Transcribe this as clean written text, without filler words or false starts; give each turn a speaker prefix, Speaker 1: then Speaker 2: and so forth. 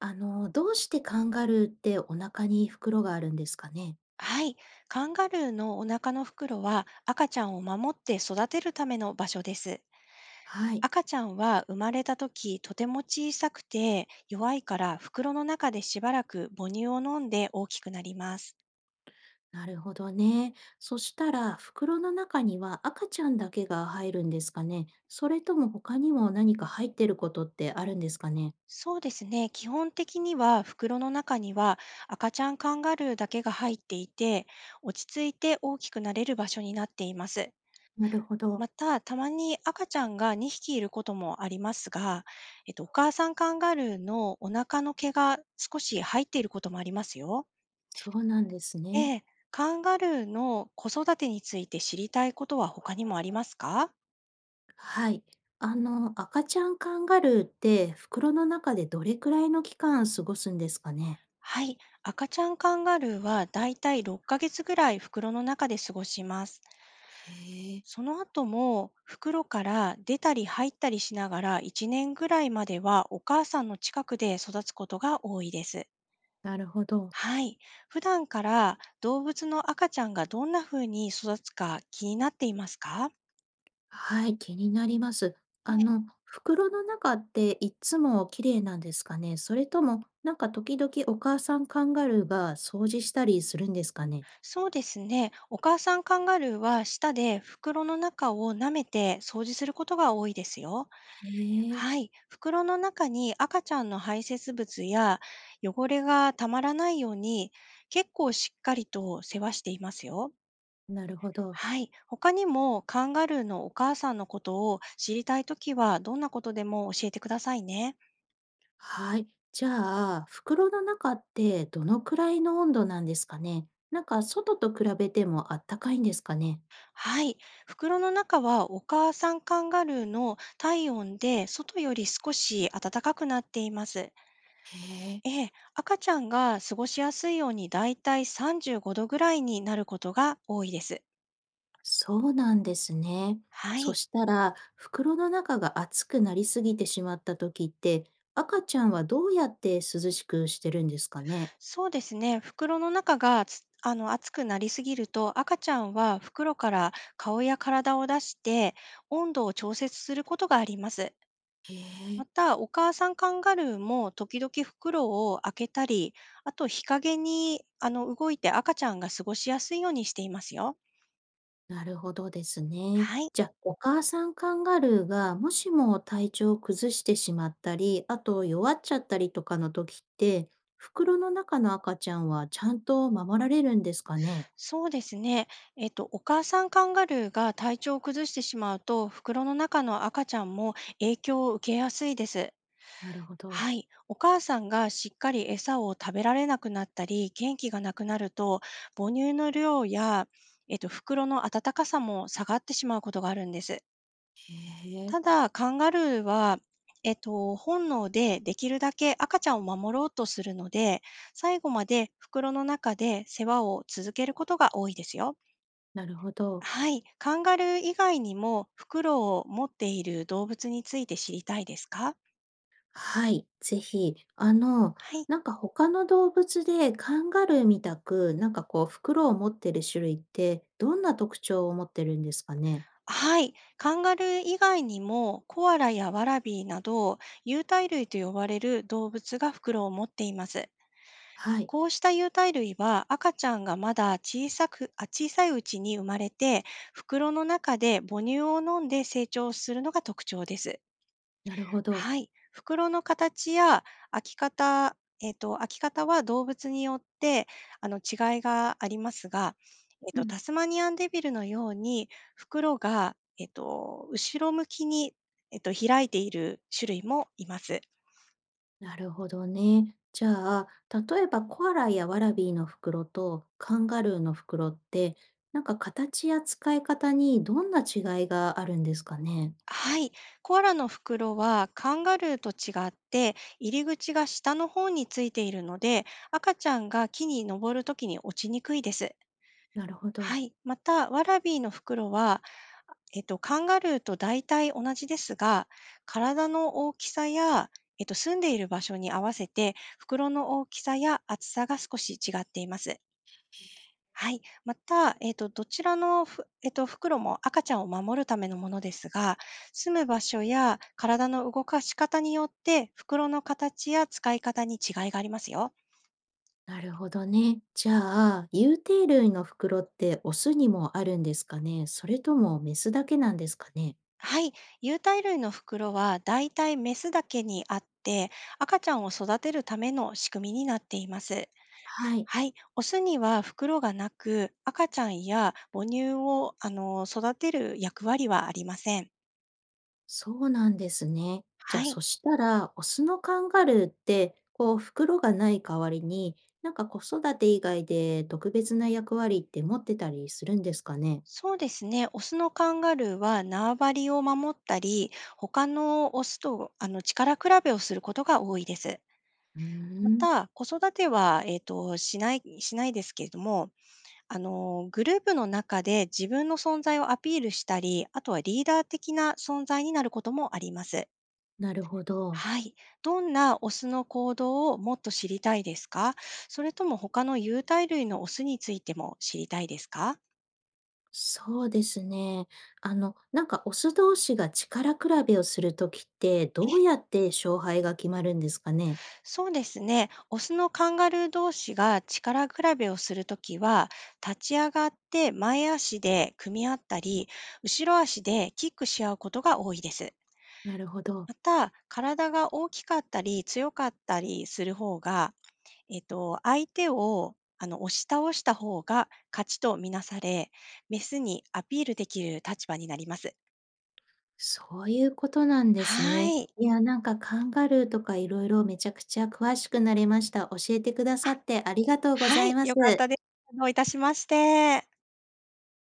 Speaker 1: どうしてカンガルーってお腹に袋があるんですかね。
Speaker 2: はい。カンガルーのお腹の袋は赤ちゃんを守って育てるための場所です。
Speaker 1: はい、
Speaker 2: 赤ちゃんは生まれた時とても小さくて弱いから、袋の中でしばらく母乳を飲んで大きくなります。
Speaker 1: なるほどね。そしたら、袋の中には赤ちゃんだけが入るんですかね。それとも他にも何か入ってることってあるんですかね。
Speaker 2: そうですね。基本的には袋の中には赤ちゃんカンガルーだけが入っていて、落ち着いて大きくなれる場所になっています。
Speaker 1: なるほど。
Speaker 2: また、たまに赤ちゃんが2匹いることもありますが、お母さんカンガルーのお腹の毛が少し入っていることもありますよ。
Speaker 1: そうなんですね。
Speaker 2: ええ、カンガルーの子育てについて知りたいことは他にもありますか？
Speaker 1: はい。赤ちゃんカンガルーって袋の中でどれくらいの期間過ごすんですかね。
Speaker 2: はい、赤ちゃんカンガルーはだいたい6ヶ月ぐらい袋の中で過ごします。
Speaker 1: へえ、
Speaker 2: その後も袋から出たり入ったりしながら、1年ぐらいまではお母さんの近くで育つことが多いです。
Speaker 1: なるほど。
Speaker 2: はい。普段から動物の赤ちゃんがどんな風に育つか気になっていますか？
Speaker 1: はい、気になります。
Speaker 2: ええ、
Speaker 1: 袋の中っていつも綺麗なんですかね？それとも、なんか時々お母さんカンガルーが掃除したりするんですかね？
Speaker 2: そうですね。お母さんカンガルーは舌で袋の中を舐めて掃除することが多いですよ。
Speaker 1: へえ、
Speaker 2: はい。袋の中に赤ちゃんの排泄物や汚れがたまらないように、結構しっかりと世話していますよ。
Speaker 1: なるほど。
Speaker 2: はい。他にもカンガルーのお母さんのことを知りたいときは、どんなことでも教えてくださいね。
Speaker 1: はい。じゃあ、袋の中ってどのくらいの温度なんですかね？なんか外と比べてもあったかいんですかね？
Speaker 2: はい。袋の中はお母さんカンガルーの体温で外より少し暖かくなっています。
Speaker 1: へえ。
Speaker 2: ええ、赤ちゃんが過ごしやすいようにだいたい35度ぐらいになることが多いです。
Speaker 1: そうなんですね。
Speaker 2: は
Speaker 1: そ
Speaker 2: い。
Speaker 1: したら、袋の中が熱くなりすぎてしまった時って、赤ちゃんはどうやって涼しくしてるんですかね？
Speaker 2: そうですね。袋の中がつあの暑くなりすぎると、赤ちゃんは袋から顔や体を出して温度を調節することがあります。
Speaker 1: へえ。
Speaker 2: また、お母さんカンガルーも時々袋を開けたり、あと日陰に動いて赤ちゃんが過ごしやすいようにしていますよ。
Speaker 1: なるほどですね。
Speaker 2: はい、
Speaker 1: じゃあ、お母さんカンガルーがもしも体調を崩してしまったり、あと弱っちゃったりとかの時って、袋の中の赤ちゃんはちゃんと守られるんですかね？
Speaker 2: そうですね。お母さんカンガルーが体調を崩してしまうと、袋の中の赤ちゃんも影響を受けやすいです。
Speaker 1: なるほど。
Speaker 2: はい、お母さんがしっかり餌を食べられなくなったり、元気がなくなると、母乳の量や、袋の温かさも下がってしまうことがあるんです。
Speaker 1: へえ。
Speaker 2: ただ、カンガルーは、本能でできるだけ赤ちゃんを守ろうとするので、最後まで袋の中で世話を続けることが多いですよ。
Speaker 1: なるほど。
Speaker 2: はい。カンガルー以外にも袋を持っている動物について知りたいですか？
Speaker 1: はい、ぜひ。
Speaker 2: はい。
Speaker 1: なんか他の動物でカンガルーみたく、なんかこう袋を持ってる種類ってどんな特徴を持ってるんですかね？
Speaker 2: はい。カンガルー以外にもコアラやワラビーなど、有袋類と呼ばれる動物が袋を持っています。
Speaker 1: はい、
Speaker 2: こうした有袋類は赤ちゃんがまだ小さいうちに生まれて、袋の中で母乳を飲んで成長するのが特徴です。
Speaker 1: なるほど。
Speaker 2: はい。袋の形や開き方、開き方は動物によって、違いがありますが、
Speaker 1: うん、
Speaker 2: タスマニアンデビルのように、袋が、後ろ向きに、開いている種類もいます。
Speaker 1: なるほどね。じゃあ、例えばコアラやワラビーの袋とカンガルーの袋って、なんか形や使い方にどんな違いがあるんですかね？
Speaker 2: はい。コアラの袋はカンガルーと違って入り口が下の方についているので、赤ちゃんが木に登るときに落ちにくいです。
Speaker 1: なるほ
Speaker 2: は
Speaker 1: ど。
Speaker 2: い。また、ワラビーの袋は、カンガルーと大体同じですが、体の大きさや、住んでいる場所に合わせて袋の大きさや厚さが少し違っています。はい。また、えっと、どちらのふ、えっと、袋も赤ちゃんを守るためのものですが、住む場所や体の動かし方によって袋の形や使い方に違いがありますよ。
Speaker 1: なるほどね。じゃあ、有定類の袋ってオスにもあるんですかね、それともメスだけなんですかね。
Speaker 2: はい。有袋類の袋はだいたいメスだけにあって、赤ちゃんを育てるための仕組みになっています。
Speaker 1: はい、
Speaker 2: はい。オスには袋がなく、赤ちゃんや母乳を、育てる役割はありません。
Speaker 1: そうなんですね。じ
Speaker 2: は
Speaker 1: ゃあ、
Speaker 2: い。
Speaker 1: そしたら、オスのカンガルーって、こう、袋がない代わりに、なんか子育て以外で特別な役割って持ってたりするんですかね。
Speaker 2: そうですね。オスのカンガルーは縄張りを守ったり、他のオスと力比べをすることが多いです。
Speaker 1: うー
Speaker 2: ま
Speaker 1: ん、
Speaker 2: た、子育ては、しないですけれども、あの、グループの中で自分の存在をアピールしたり、あとはリーダー的な存在になることもあります。
Speaker 1: なるほど。
Speaker 2: はい。どんなオスの行動をもっと知りたいですか？それとも他の有袋類のオスについても知りたいですか？
Speaker 1: そうですね。なんかオス同士が力比べをするときって、どうやって勝敗が決まるんですかね。
Speaker 2: そうですね。オスのカンガルー同士が力比べをするときは、立ち上がって前足で組み合ったり、後ろ足でキックし合うことが多いです。
Speaker 1: なるほど。
Speaker 2: また、体が大きかったり強かったりする方が、相手を押し倒した方が勝ちとみなされ、メスにアピールできる立場になります。
Speaker 1: そういうことなんです
Speaker 2: は
Speaker 1: ね。
Speaker 2: い。
Speaker 1: いや、なんかカンガルーとかいろいろめちゃくちゃ詳しくなれました。教えてくだ
Speaker 2: あ、
Speaker 1: さってありがとうござ
Speaker 2: は
Speaker 1: い
Speaker 2: い、
Speaker 1: ます。
Speaker 2: 良かったです。どういたしまして。